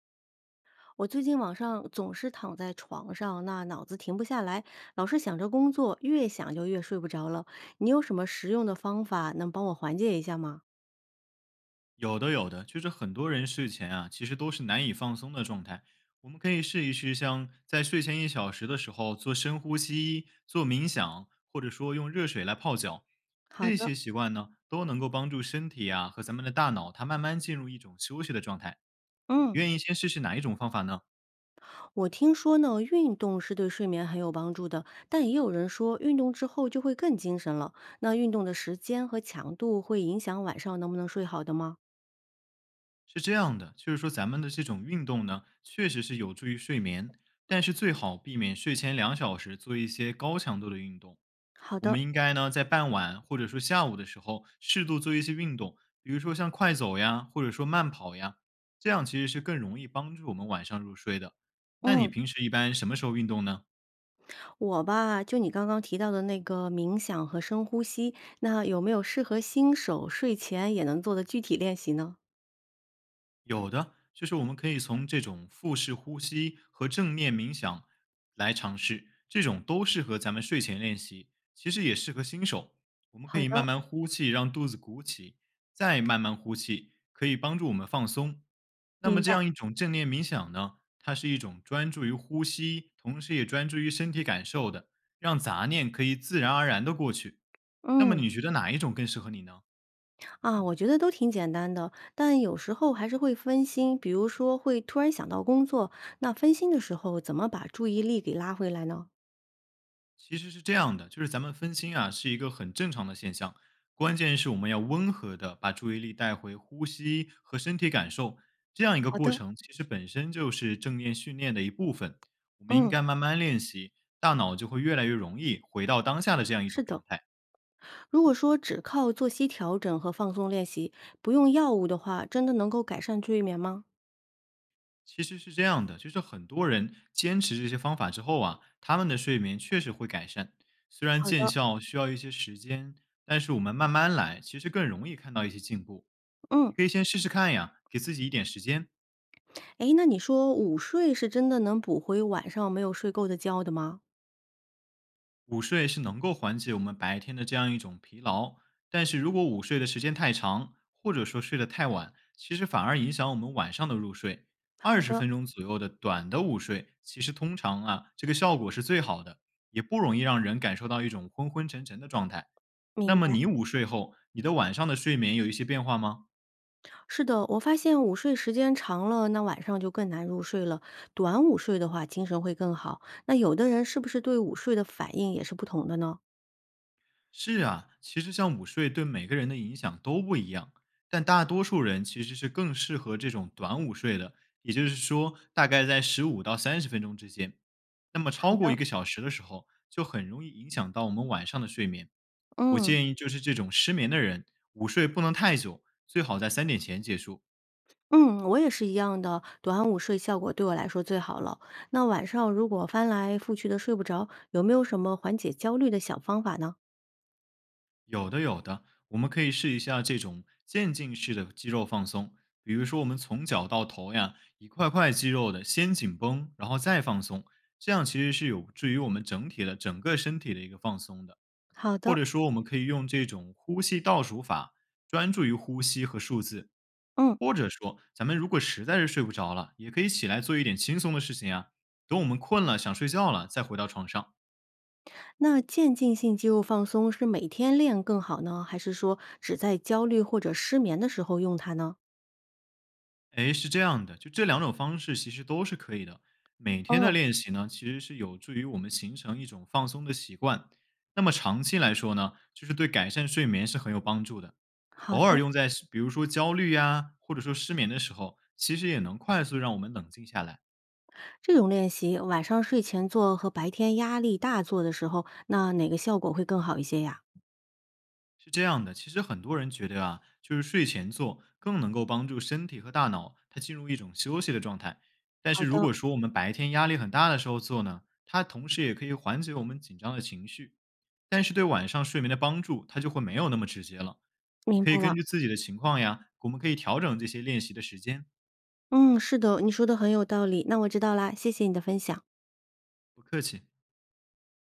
我最近晚上总是躺在床上，那脑子停不下来，老是想着工作，越想就越睡不着了。你有什么实用的方法能帮我缓解一下吗？有的，有的，就是很多人睡前啊，其实都是难以放松的状态。我们可以试一试，像在睡前1小时的时候做深呼吸、做冥想，或者说用热水来泡脚，好这的。些习惯呢，都能够帮助身体啊和咱们的大脑，它慢慢进入一种休息的状态。你嗯。愿意先试试哪一种方法呢？我听说呢，运动是对睡眠很有帮助的，但也有人说运动之后就会更精神了。那运动的时间和强度会影响晚上能不能睡好的吗？是这样的，就是说咱们的这种运动呢，确实是有助于睡眠，但是最好避免睡前2小时做一些高强度的运动。好我的。们应该呢在傍晚或者说下午的时候，适度做一些运动，比如说像快走呀，或者说慢跑呀，这样其实是更容易帮助我们晚上入睡的。那你嗯。平时一般什么时候运动呢？我吧，就你刚刚提到的那个冥想和深呼吸，那有没有适合新手睡前也能做的具体练习呢？有的，就是我们可以从这种腹式呼吸和正念冥想来尝试，这种都适合咱们睡前练习，其实也适合新手。我们可以慢慢呼气，让肚子鼓起，再慢慢呼气，可以帮助我们放松。那么明这白。样一种正念冥想呢，它是一种专注于呼吸，同时也专注于身体感受的，让杂念可以自然而然的过去。那么嗯。你觉得哪一种更适合你呢？我觉得都挺简单的，但有时候还是会分心，比如说会突然想到工作，那分心的时候怎么把注意力给拉回来呢？其实是这样的，就是咱们分心啊是一个很正常的现象，关键是我们要温和的把注意力带回呼吸和身体感受，这样一个好过的。程其实本身就是正念训练的一部分。我们应嗯。该慢慢练习，大脑就会越来越容易回到当下的这样一是种的。状态。如果说只靠作息调整和放松练习，不用药物的话，真的能够改善睡眠吗？其实是这样的，就是很多人坚持这些方法之后啊，他们的睡眠确实会改善，虽然见效需要一些时间，但是我们慢慢来，其实更容易看到一些进步。你嗯。可以先试试看呀，给自己一点时间。诶，那你说午睡是真的能补回晚上没有睡够的觉的吗？午睡是能够缓解我们白天的这样一种疲劳，但是如果午睡的时间太长，或者说睡得太晚，其实反而影响我们晚上的入睡。二好十的。分钟左右的短的午睡，其实通常啊，这个效果是最好的，也不容易让人感受到一种昏昏沉沉的状态。那明么白。你午睡后，你的晚上的睡眠有一些变化吗？是的，我发现午睡时间长了，那晚上就更难入睡了。短午睡的话，精神会更好。那有的人是不是对午睡的反应也是不同的呢？是啊，其实像午睡对每个人的影响都不一样，但大多数人其实是更适合这种短午睡的，也就是说，大概在15到30分钟之间。那么好超过一的。个小时的时候，就很容易影响到我们晚上的睡眠。我嗯建议就是这种失眠的人，午睡不能太久，最好在3点前结束。嗯，我也是一样的，短午睡效果对我来说最好了。那晚上如果翻来覆去的睡不着，有没有什么缓解焦虑的小方法呢？有的，有的，我们可以试一下这种渐进式的肌肉放松，比如说我们从脚到头呀，一块块肌肉的先紧绷，然后再放松，这样其实是有助于我们整体的整个身体的一个放松的。好或的。者说，我们可以用这种呼吸倒数法，专注于呼吸和数字。嗯。或者说，咱们如果实在是睡不着了，也可以起来做一点轻松的事情呀。等我们困了，想睡觉了，再回到床上。那渐进性肌肉放松是每天练更好呢，还是说只在焦虑或者失眠的时候用它呢？哎，是这样的，就这两种方式其实都是可以的。每天的哦。练习呢，其实是有助于我们形成一种放松的习惯。那么长期来说呢，就是对改善睡眠是很有帮助的。好偶尔的。用在比如说焦虑呀、或者说失眠的时候，其实也能快速让我们冷静下来。这种练习晚上睡前做和白天压力大做的时候，那哪个效果会更好一些呀？是这样的，其实很多人觉得啊，就是睡前做更能够帮助身体和大脑它进入一种休息的状态。但是如果说我们白天压力很大的时候做呢，它同时也可以缓解我们紧张的情绪，但是对晚上睡眠的帮助它就会没有那么直接了。你明可以白了。根据自己的情况呀，我们可以调整这些练习的时间。嗯，是的，你说的很有道理，那我知道啦，谢谢你的分享。不客气。